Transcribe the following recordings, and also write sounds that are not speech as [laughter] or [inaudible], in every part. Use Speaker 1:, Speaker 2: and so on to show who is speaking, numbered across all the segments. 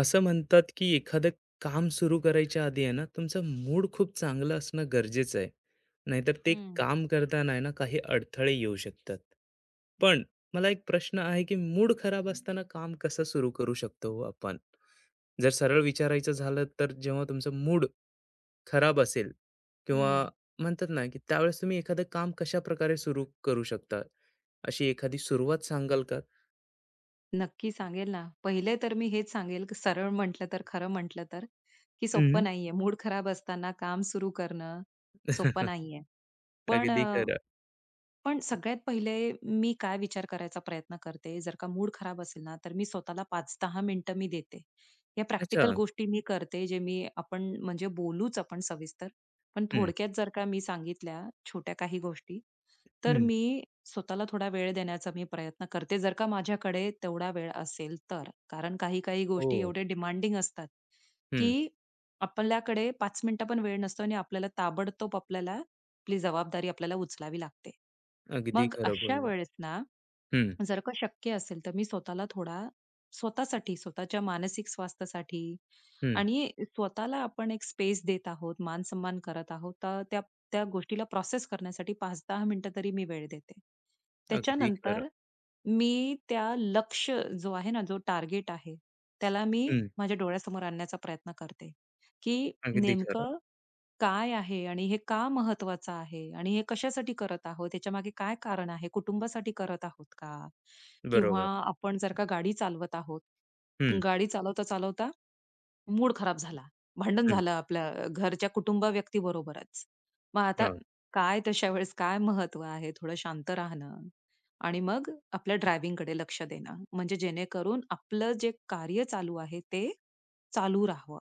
Speaker 1: असं म्हणतात की एखादं काम सुरू करायच्या आधी आहे ना तुमचा मूड खूप चांगला असणं गरजेचं आहे. नाहीतर ते
Speaker 2: हं,
Speaker 1: काम करताना आहे ना काही अडथळे येऊ शकतात. पण मला एक प्रश्न आहे की मूड खराब असताना काम कसं सुरू करू शकतो हो आपण? जर सरळ विचारायचं झालं तर जेव्हा तुमचं मूड खराब असेल किंवा
Speaker 2: हं.
Speaker 1: म्हणतात ना की त्यावेळेस तुम्ही एखादं काम कशा प्रकारे सुरू करू शकता, अशी एखादी सुरुवात सांगाल का? [laughs]
Speaker 2: नक्की सांगेल ना. पहिले तर मी हेच सांगेल, की सरळ म्हटलं तर, खरं म्हटलं तर, की सोपं
Speaker 1: हम्म.
Speaker 2: नाहीये. मूड खराब असताना काम सुरू करणं सोपं नाहीये. पण
Speaker 1: अगदी खरं.
Speaker 2: पण सगळ्यात पहिले मी काय विचार करायचा प्रयत्न करते, जर का मूड खराब असेल ना, तर मी स्वतःला 5-10 मिनिटं देते. या
Speaker 1: अच्छा.
Speaker 2: प्रॅक्टिकल गोष्टी मी करते, जे मी आपण म्हणजे बोलूच आपण सविस्तर. पण
Speaker 1: हम्म.
Speaker 2: थोडक्यात जर का मी सांगितल्या छोट्या काही गोष्टी, तर मी स्वतःला थोडा वेळ देण्याचा मी प्रयत्न करते, जर का माझ्याकडे तेवढा वेळ असेल तर. कारण काही-काही
Speaker 1: हो.
Speaker 2: गोष्टी एवढ्या डिमांडिंग असतात,
Speaker 1: हं.
Speaker 2: की आपल्याकडे 5 मिनिटं पण वेळ नसतो आणि आपल्याला ताबडतोब आपली जबाबदारी आपल्याला उचलावी लागते.
Speaker 1: अगदी
Speaker 2: मग
Speaker 1: खरं
Speaker 2: अशा
Speaker 1: बोललात.
Speaker 2: वेळेस ना,
Speaker 1: हं.
Speaker 2: जर का शक्य असेल, तर मी स्वतःला थोडा स्वतःसाठी, स्वतःच्या मानसिक स्वास्थ्यासाठी
Speaker 1: हं.
Speaker 2: आणि स्वतःला आपण एक स्पेस देत आहोत, मान-सन्मान करत आहोत, तर त्या त्या गोष्टीला प्रोसेस करण्यासाठी 5-10 मिनिटं तरी मी वेळ देते.
Speaker 1: अगदी खरं.
Speaker 2: त्याच्यानंतर मी त्या लक्ष्य जो आहे ना, जो टार्गेट आहे, त्याला मी
Speaker 1: हं.
Speaker 2: माझ्या डोळ्यासमोर आणण्याचा प्रयत्न करते, की
Speaker 1: अगदी खरं.
Speaker 2: नेमकं काय आहे आणि हे का महत्वाचं आहे? आणि हे कशासाठी करत आहोत? त्याच्यामागे काय कारण आहे? कुटुंबासाठी करत आहोत का? किंवा
Speaker 1: बरोबर.
Speaker 2: आपण जर का गाडी चालवत आहोत,
Speaker 1: हं.
Speaker 2: गाडी चालवता-चालवता मूड खराब झाला, भांडण
Speaker 1: हं.
Speaker 2: झालं आपल्या घरच्या कुटुंब व्यक्तीबरोबरच. मग आता
Speaker 1: हां.
Speaker 2: काय तशा वेळेस काय महत्व आहे? थोडं शांत राहणं आणि मग आपल्या ड्रायव्हिंगकडे लक्ष देणं. म्हणजे जेणेकरून आपलं जे कार्य चालू आहे, ते चालू राहावं.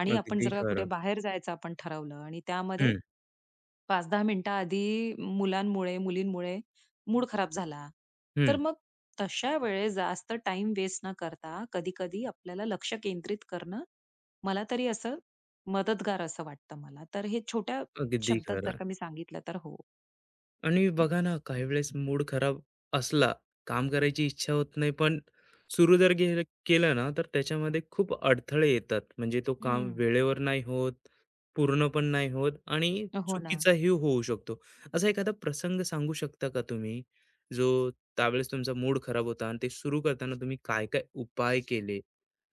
Speaker 2: आणि आपण
Speaker 1: अगदी
Speaker 2: जर का कुठे
Speaker 1: खरं.
Speaker 2: बाहेर जायचं आपण ठरवलं आणि त्यामध्ये
Speaker 1: हं.
Speaker 2: 5-10 मिनिटाआधी मुलांमुळे, मुलींमुळे मूड खराब झाला. तर
Speaker 1: हं.
Speaker 2: मग तशा वेळेस जास्त टाइम वेस्ट न करता कधी-कधी आपल्याला लक्ष केंद्रित करणं, मला तरी असं मदतगार असं वाटतं मला. तर हे छोट्या
Speaker 1: अगदी
Speaker 2: शब्दात जर
Speaker 1: खरं.
Speaker 2: का मी सांगितलं तर हो.
Speaker 1: आणि बघा ना, काही वेळेस मूड खराब असला, काम करायची इच्छा होत नाही, पण सुरू जर गेलं केलं ना, तर त्याच्यामध्ये खूप अडथळे येतात. म्हणजे तो काम
Speaker 2: हं.
Speaker 1: वेळेवर नाही होत, पूर्ण पण नाही होत आणि
Speaker 2: हो ना.
Speaker 1: चुकीचाही होऊ शकतो. असा एखादा प्रसंग सांगू शकता का तुम्ही, जो त्यावेळेस तुमचा मूड खराब होता आणि ते सुरू करताना तुम्ही काय-काय उपाय केले?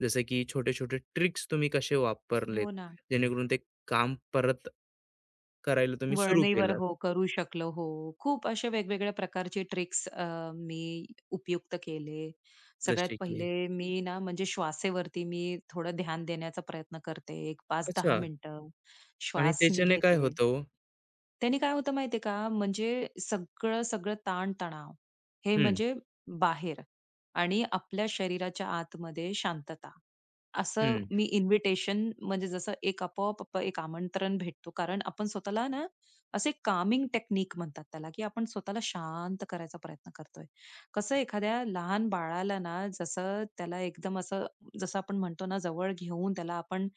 Speaker 1: जसं की छोटे-छोटे ट्रिक्स तुम्ही कसे वापरलेत,
Speaker 2: हो ना.
Speaker 1: जेणेकरून ते काम परत करायला तुम्ही सुरू
Speaker 2: वळणीवर
Speaker 1: केलं?
Speaker 2: हो, करू शकलो. हो. खूप असे वेगवेगळ्या प्रकारचे ट्रिक्स मी उपयुक्त केले. सगळ्यात
Speaker 1: जसे की
Speaker 2: पहिले मी ना, म्हणजे श्वासेवरती मी थोडं ध्यान देण्याचा प्रयत्न करते. एक 5 दहा
Speaker 1: अच्छा.
Speaker 2: मिनिटं
Speaker 1: आणि
Speaker 2: श्वास मी
Speaker 1: त्याच्याने काय
Speaker 2: घेते.
Speaker 1: होतं हो?
Speaker 2: त्याने काय होतं माहितीये का, म्हणजे सगळं-सगळं ताण हे
Speaker 1: हं.
Speaker 2: म्हणजे बाहेर आणि आपल्या शरीराच्या आतमध्ये शांतता. असं
Speaker 1: हं.
Speaker 2: मी इन्व्हिटेशन म्हणजे जसं एक आपोआप एक आमंत्रण भेटतो. कारण आपण स्वतःला ना असे कामिंग टेक्निक म्हणतात त्याला, की आपण स्वतःला शांत करायचा प्रयत्न करतोय. कसं एखाद्या लहान बाळाला ना, जसं त्याला एकदम असं जसं आपण म्हणतो ना, जवळ घेऊन त्याला आपण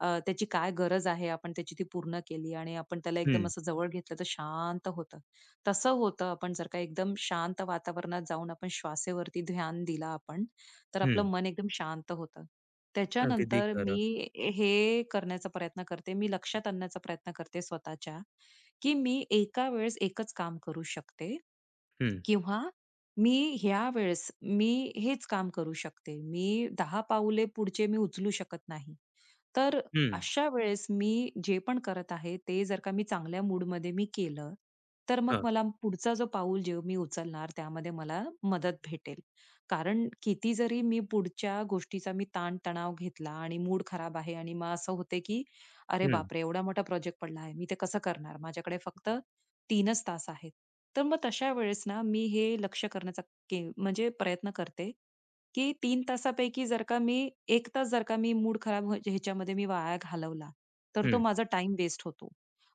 Speaker 2: त्याची काय गरज आहे, आपण त्याची ती पूर्ण केली आणि आपण त्याला एकदम
Speaker 1: हं.
Speaker 2: असं जवळ घेतलं तर शांत होतं. तसं होतं आपण जर का एकदम शांत वातावरणात जाऊन आपण श्वासेवरती ध्यान दिला आपण, तर आपलं
Speaker 1: हं.
Speaker 2: मन एकदम शांत होतं.
Speaker 1: अगदी
Speaker 2: त्याच्यानंतर
Speaker 1: खरं.
Speaker 2: मी हे करण्याचा प्रयत्न करते. मी लक्षात आणण्याचा प्रयत्न करते स्वतःच्या. की मी एका वेळेस एकच काम करू शकते.
Speaker 1: हं.
Speaker 2: किंवा मी ह्या वेळेस मी हेच काम करू शकते. मी दहा पाऊले पुढचे मी उचलू शकत नाही. तर
Speaker 1: हं.
Speaker 2: अशा वेळेस मी जे पण करत आहे, ते जर का मी चांगल्या मूडमध्ये मी केलं, तर मग
Speaker 1: हां.
Speaker 2: मला पुढचा जो पाऊल जे मी उचलणार त्यामध्ये मला मदत भेटेल. कारण किती जरी मी पुढच्या गोष्टीचा मी ताण-तणाव घेतला आणि मूड खराब आहे आणि मग असं होते, की "अरे
Speaker 1: हं.
Speaker 2: बापरे! एवढा मोठा प्रोजेक्ट पडला आहे. मी ते कसं करणार? माझ्याकडे फक्त 3च तास आहेत. तर मग तशा वेळेस ना, मी हे लक्ष्य करण्याचा के म्हणजे प्रयत्न करते, की तीन तासापैकी जर का मी एक तास जर का मी मूड खराब ह्याच्यामध्ये मी वाया घालवला, तर तो
Speaker 1: हं.
Speaker 2: माझा टाईम वेस्ट होतो.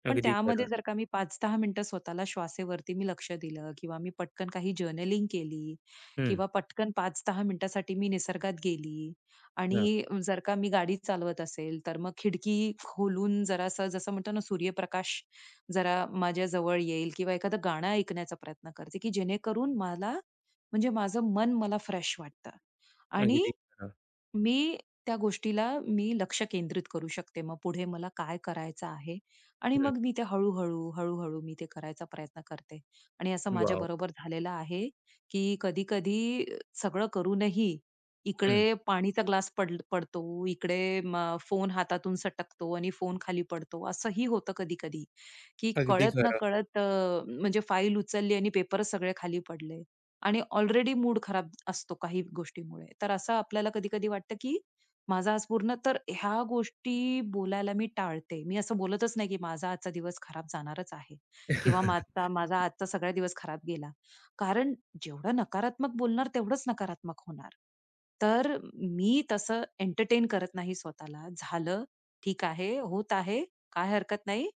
Speaker 2: पण
Speaker 1: अगदी
Speaker 2: त्यामध्ये
Speaker 1: खरं.
Speaker 2: जर का मी 5-10 मिनिटं स्वतःला श्वासेवरती मी लक्ष दिलं किंवा मी पटकन काही जर्नलिंग केली
Speaker 1: हं.
Speaker 2: किंवा पटकन 5-10 मिनिटासाठी मी निसर्गात गेली
Speaker 1: हां.
Speaker 2: आणि जर का मी गाडी चालवत असेल, तर मग खिडकी खोलून जरासं जसं म्हणतो ना सूर्यप्रकाश जरा माझ्या जवळ येईल किंवा एखादं गाणं ऐकण्याचा प्रयत्न करते, की जेणेकरून मला म्हणजे माझं मन मला फ्रेश वाटतं. आणि
Speaker 1: अगदी खरं.
Speaker 2: मी त्या गोष्टीला मी लक्ष केंद्रित करू शकते. मग पुढे मला काय करायचं आहे आणि
Speaker 1: हं.
Speaker 2: मग मी ते हळू-हळू मी ते करायचा प्रयत्न करते. आणि असं
Speaker 1: वॉव!
Speaker 2: माझ्याबरोबर झालेलं आहे, की कधी-कधी सगळं करूनही
Speaker 1: हं.
Speaker 2: इकडे पाणीचा ग्लास पडतो, इकडे फोन हातातून सटकतो आणि फोन खाली पडतो, असंही होतं कधी-कधी. की
Speaker 1: अगदी खरं.
Speaker 2: कळत-नकळत म्हणजे फाईल उचलली आणि पेपर सगळे खाली पडले. आणि ऑलरेडी मूड खराब असतो काही गोष्टीमुळे. तर असं आपल्याला कधी-कधी वाटतं की माझा आज पूर्ण तर ह्या गोष्टी बोलायला मी टाळते. मी असं बोलतच नाही की माझा आजचा दिवस खराब जाणारच आहे किंवा
Speaker 1: [laughs]
Speaker 2: माझा माझा आजचा सगळा दिवस खराब गेला. कारण जेवढं नकारात्मक बोलणार तेवढंच नकारात्मक होणार. तर मी तसं एंटरटेन करत नाही स्वतःला. झालं, ठीक आहे, होत आहे, काय हरकत नाही.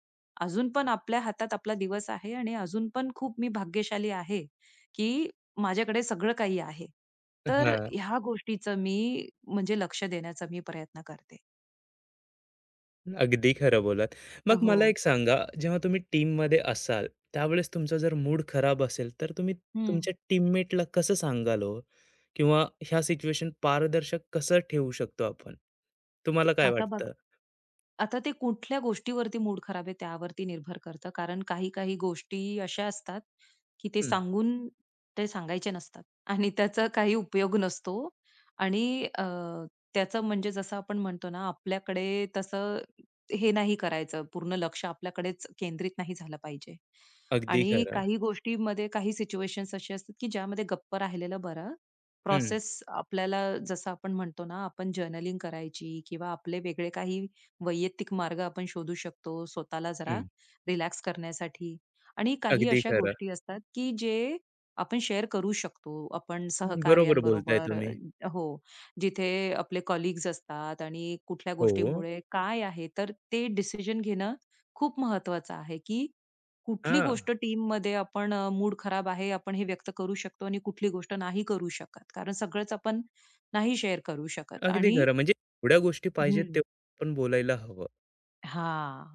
Speaker 2: अजून पण आपल्या हातात आपला दिवस आहे आणि अजून पण खूप मी भाग्यशाली आहे, की माझ्याकडे सगळं काही आहे. तर
Speaker 1: हां.
Speaker 2: ह्या गोष्टीचं मी म्हणजे लक्ष देण्याचा मी प्रयत्न करते.
Speaker 1: अगदी खरं बोललात. मग
Speaker 2: हो.
Speaker 1: मला एक सांगा, जेव्हा तुम्ही टीममध्ये असाल, त्यावेळेस तुमचा जर मूड खराब असेल, तर तुम्ही
Speaker 2: हं.
Speaker 1: तुमच्या टीममेटला कसं सांगाल हो? किंवा ह्या सिच्युएशन पारदर्शक कसं ठेवू शकतो आपण? तुम्हाला काय
Speaker 2: आता बघ,
Speaker 1: वाटतं?
Speaker 2: आता ते कुठल्या गोष्टीवरती मूड खराब आहे त्यावरती निर्भर करतं. कारण काही काही गोष्टी अशा असतात, की
Speaker 1: हं.
Speaker 2: ते सांगायचे नसतात आणि त्याचा काही उपयोग नसतो आणि त्याचं म्हणजे जसं आपण म्हणतो ना, आपल्याकडे तसं हे नाही करायचं. पूर्ण लक्ष आपल्याकडेच केंद्रित नाही झालं पाहिजे
Speaker 1: अगदी
Speaker 2: आणि
Speaker 1: खरं.
Speaker 2: काही गोष्टींमध्ये काही सिच्युएशन्स असे असतात, की ज्यामध्ये गप्प राहिलेलं बरं.
Speaker 1: हं.
Speaker 2: प्रोसेस आपल्याला जसं आपण म्हणतो ना आपण जर्नलिंग करायची किंवा आपले वेगळे काही वैयक्तिक मार्ग आपण शोधू शकतो स्वतःला जरा
Speaker 1: हं,
Speaker 2: रिलॅक्स करण्यासाठी. आणि काही
Speaker 1: अगदी
Speaker 2: अशा
Speaker 1: खरं.
Speaker 2: गोष्टी असतात की जे आपण शेअर करू शकतो आपण
Speaker 1: हं, बरोबर बोलताय
Speaker 2: सहकार्यांबरोबर
Speaker 1: तुम्ही.
Speaker 2: हो. जिथे आपले कलीग्स असतात आणि कुठल्या
Speaker 1: हो.
Speaker 2: गोष्टीमुळे काय आहे तर ते डिसिजन घेणं खूप महत्वाचं आहे की कुठली
Speaker 1: हां,
Speaker 2: गोष्ट टीममध्ये आपण मूड खराब आहे, आपण हे व्यक्त करू शकतो आणि कुठली गोष्ट नाही करू शकत. कारण सगळंच आपण नाही शेअर करू शकत
Speaker 1: अगदी
Speaker 2: आणि
Speaker 1: खरं. म्हणजे एवढ्या गोष्टी पाहिजेत तेव्हा आपण बोलायला हवं.
Speaker 2: हां.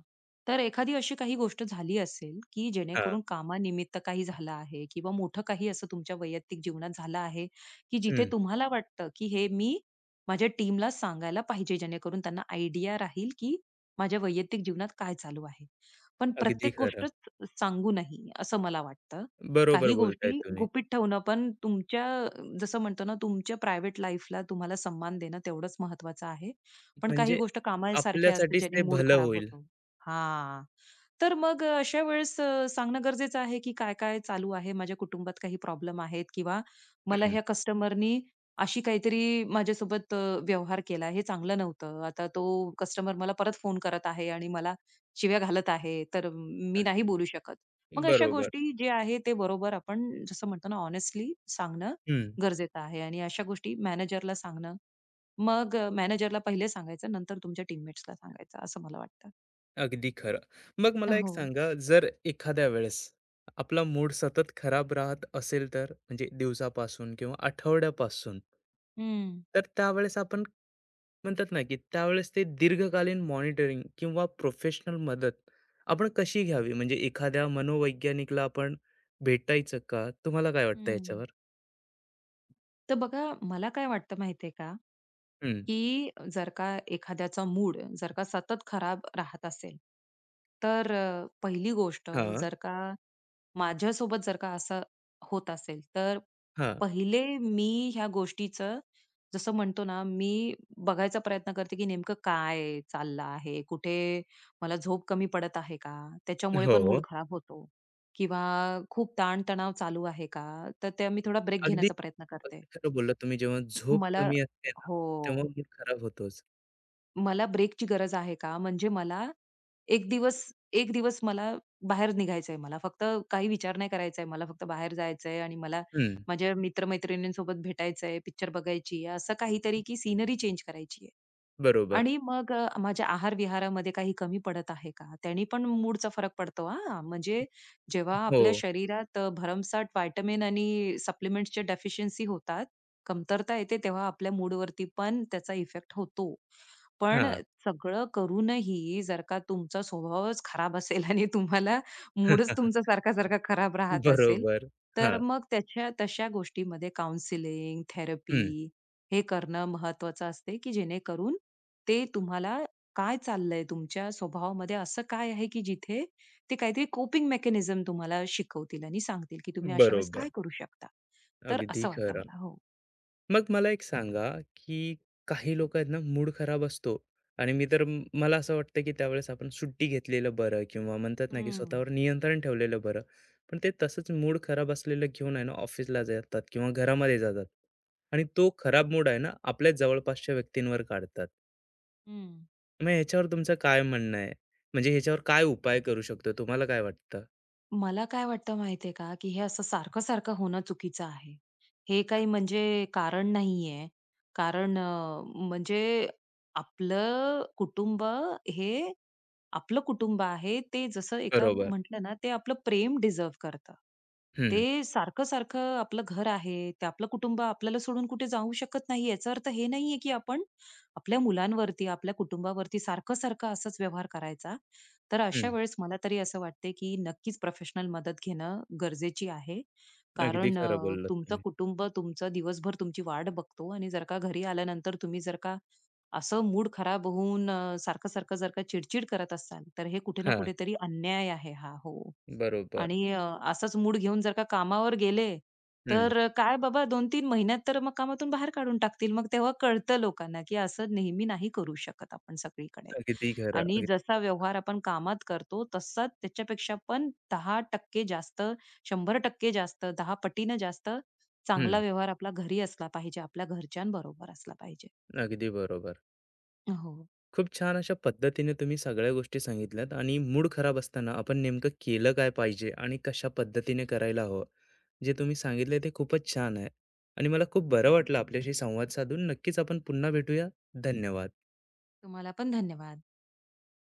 Speaker 2: तर एखादी अशी काही गोष्ट झाली असेल, की
Speaker 1: हां.
Speaker 2: जेणेकरून कामानिमित्त काही झालं आहे किंवा मोठं काही असं तुमच्या वैयक्तिक जीवनात झालं आहे, की जिथे
Speaker 1: हं.
Speaker 2: तुम्हाला वाटतं, की हे मी माझ्या टीमला सांगायला पाहिजे जेणेकरून त्यांना आयडिया राहील, की माझ्या वैयक्तिक जीवनात काय चालू आहे. पण
Speaker 1: अगदी
Speaker 2: प्रत्येक
Speaker 1: खरं.
Speaker 2: गोष्टच सांगू नाही, असं मला वाटतं.
Speaker 1: बरोबर
Speaker 2: काही गोष्टी
Speaker 1: बोलताय तुम्ही.
Speaker 2: गुपित ठेवणं पण तुमच्या जसं म्हणतो ना, तुमच्या प्रायव्हेट लाईफला तुम्हाला सन्मान देणं तेवढंच महत्वाचं आहे. पण काही
Speaker 1: म्हणजे
Speaker 2: गोष्ट कामासारख्या असतात
Speaker 1: आपल्यासाठीच
Speaker 2: ज्याने
Speaker 1: ते
Speaker 2: मूड
Speaker 1: भलं
Speaker 2: खराब
Speaker 1: होईल.
Speaker 2: होतो. हां. तर मग अशा वेळेस सांगणं गरजेचं आहे, की काय-काय चालू आहे, माझ्या कुटुंबात काही प्रॉब्लेम आहेत किंवा मला
Speaker 1: हं,
Speaker 2: ह्या कस्टमरनी अशी काहीतरी माझ्यासोबत व्यवहार केला, हे चांगलं नव्हतं. आता तो कस्टमर मला परत फोन करत आहे आणि मला शिव्या घालत आहे, तर मी नाही बोलू शकत. मग अशा
Speaker 1: बरोबर.
Speaker 2: गोष्टी जे आहे ते बरोबर आपण जसं म्हणतो ना, हॉनेस्टली सांगणं
Speaker 1: हं.
Speaker 2: गरजेचं आहे आणि अशा गोष्टी मॅनेजरला सांगणं मग मॅनेजरला पहिले सांगायचं, नंतर तुमच्या टीममेट्सला सांगायचं, असं मला वाटतं.
Speaker 1: अगदी खरं. मग मला एक
Speaker 2: हो.
Speaker 1: सांगा, जर एखाद्या वेळेस आपला मूड सतत खराब राहत असेल तर? म्हणजे दिवसापासून किंवा आठवड्यापासून.
Speaker 2: हं,
Speaker 1: तर त्यावेळेस आपण म्हणतात ना, की त्यावेळेस ते दीर्घकालीन मॉनिटरिंग किंवा प्रोफेशनल मदत आपण कशी घ्यावी? म्हणजे एखाद्या मनोवैज्ञानिकला आपण भेटायचं का? तुम्हाला काय वाटतं
Speaker 2: हं.
Speaker 1: याच्यावर?
Speaker 2: तर बघा, मला काय वाटतं माहितीये का,
Speaker 1: हं.
Speaker 2: की जर का एखाद्याचा मूड जर का सतत खराब राहत असेल, तर पहिली गोष्ट
Speaker 1: हां.
Speaker 2: जर का माझ्यासोबत जर का असं होत असेल, तर
Speaker 1: हां.
Speaker 2: पहिले मी ह्या गोष्टीचं जसं म्हणतो ना, मी बघायचा प्रयत्न करते की नेमकं काय चाललं आहे? कुठे मला झोप कमी पडत आहे का? त्याच्यामुळे पण मूड
Speaker 1: हो.
Speaker 2: खराब होतो किंवा खूप ताण चालू आहे का? तर ते मी थोडा ब्रेक
Speaker 1: अगदी,
Speaker 2: घेण्याचा प्रयत्न करते.
Speaker 1: अगदी खरं बोललात तुम्ही. जेव्हा झोप
Speaker 2: मला
Speaker 1: कमी असते ना,
Speaker 2: हो.
Speaker 1: तेव्हा मूड खराब होतोच.
Speaker 2: मला ब्रेकची गरज आहे का? म्हणजे मला 1 दिवस 1 दिवस मला बाहेर निघायचंय. मला फक्त काही विचार नाही करायचाय. मला फक्त बाहेर जायचंय आणि मला
Speaker 1: हं.
Speaker 2: माझ्या मित्र-मैत्रिणींसोबत भेटायचंय, पिक्चर बघायची आहे, असं काहीतरी की सिनरी चेंज करायची
Speaker 1: बरोबर.
Speaker 2: आणि मग माझ्या आहार-विहारामध्ये काही कमी पडत आहे का? त्यानी पण मूडचा फरक पडतो हां. म्हणजे जेव्हा आपल्या
Speaker 1: हो.
Speaker 2: शरीरात भरमसाठ व्हिटॅमिन आणि सप्लिमेंट्सच्या डेफिशियन्सी होतात, कमतरता येते, तेव्हा आपल्या मूडवरती पण त्याचा इफेक्ट होतो. पण
Speaker 1: हां.
Speaker 2: सगळं करूनही जर का तुमचा स्वभावच खराब असेल आणि तुम्हाला मूडच तुमचा
Speaker 1: [laughs]
Speaker 2: सारखा-सारखा खराब राहत असेल,
Speaker 1: बरोबर.
Speaker 2: तर
Speaker 1: हां.
Speaker 2: मग त्याच्या तशा गोष्टीमध्ये काउन्सिलिंग, थेरपी
Speaker 1: हं.
Speaker 2: हे करणं महत्त्वाचं असते, की जेणेकरून ते तुम्हाला काय चाललंय तुमच्या स्वभावामध्ये असं काय आहे की जिथे ते काहीतरी कोपिंग मेकॅनिझम तुम्हाला शिकवतील आणि सांगतील की तुम्ही अशा वेळेस
Speaker 1: बरोबर.
Speaker 2: काय करू शकता. तर
Speaker 1: अगदी
Speaker 2: असं वाटतं
Speaker 1: खरं.
Speaker 2: मला. हो.
Speaker 1: मग मला एक सांगा, की काही लोक आहेत ना, मूड खराब असतो आणि मी तर मला असं वाटतं, की त्यावेळेस आपण सुट्टी घेतलेलं बरं किंवा म्हणतात ना, की
Speaker 2: हं,
Speaker 1: स्वतःवर नियंत्रण ठेवलेलं बरं. पण ते तसंच मूड खराब असलेलं घेऊन आहे ना, ऑफिसला जातात किंवा घरामध्ये जातात आणि तो खराब मूड आहे ना, आपल्याच जवळपासच्या व्यक्तींवर काढतात.
Speaker 2: हं.
Speaker 1: मग ह्याच्यावर तुमचं काय म्हणणं आहे? म्हणजे ह्याच्यावर काय उपाय करू शकतो? तुम्हाला काय वाटतं?
Speaker 2: मला काय वाटतं माहितीये का, की हे असं सारखं-सारखं होणं चुकीचं आहे. हे काही म्हणजे कारण नाहीये. कारण म्हणजे आपलं कुटुंब हे आपलं कुटुंब आहे. ते जसं एका
Speaker 1: बरोबर.
Speaker 2: म्हटलं ना, ते आपलं प्रेम डिझर्व्ह करतं. ते
Speaker 1: हं.
Speaker 2: सारखं-सारखं आपलं घर आहे, ते आपलं कुटुंब आपल्याला सोडून कुठे जाऊ शकत नाही. याचा अर्थ हे नाहीये, की आपण आपल्या मुलांवरती, आपल्या कुटुंबावरती सारखं-सारखं असाच व्यवहार करायचा. तर अशा
Speaker 1: हं.
Speaker 2: वेळेस मला तरी असं वाटते, की नक्कीच प्रोफेशनल मदत घेणं गरजेची आहे.
Speaker 1: अगदी
Speaker 2: कारण
Speaker 1: खरं बोललात
Speaker 2: तुमचं
Speaker 1: तुम्ही.
Speaker 2: कुटुंब तुमचं दिवसभर तुमची वाट बघतो आणि जर का घरी आल्यानंतर तुम्ही जर का असं मूड खराब होऊन सारखं-सारखं जर का चिडचिड करत असाल, तर हे कुठे ना
Speaker 1: हां,
Speaker 2: कुठेतरी अन्याय आहे हा. हो.
Speaker 1: बरोबर.
Speaker 2: आणि असाच मूड घेऊन जर का कामावर गेले,
Speaker 1: हं.
Speaker 2: तर काय बाबा 2 तीन महिन्यात तर मग कामातून बाहेर काढून टाकतील. मग तेव्हा कळतं लोकांना, की असं नेहमी नाही करू शकत आपण सगळीकडे.
Speaker 1: अगदी खरं.
Speaker 2: आणि
Speaker 1: अग
Speaker 2: जसा व्यवहार आपण कामात करतो तसा त्याच्यापेक्षा पण 10% जास्त, 100% जास्त, 10 पटीनं जास्त चांगला
Speaker 1: हं.
Speaker 2: व्यवहार आपला घरी असला पाहिजे, आपल्या घरच्यांबरोबर असला पाहिजे.
Speaker 1: अगदी बरोबर.
Speaker 2: हो.
Speaker 1: खूप छान अशा पद्धतीने तुम्ही सगळ्या गोष्टी सांगितल्यात आणि मूड खराब असताना आपण नेमकं केलं काय पाहिजे आणि कशा पद्धतीने करायला हवं, जे तुम्ही सांगितलंय ते खूपच छान आहे आणि मला खूप बरं वाटलं आपल्याशी संवाद साधून. नक्कीच आपण पुन्हा भेटूया. धन्यवाद.
Speaker 2: तुम्हाला पण धन्यवाद.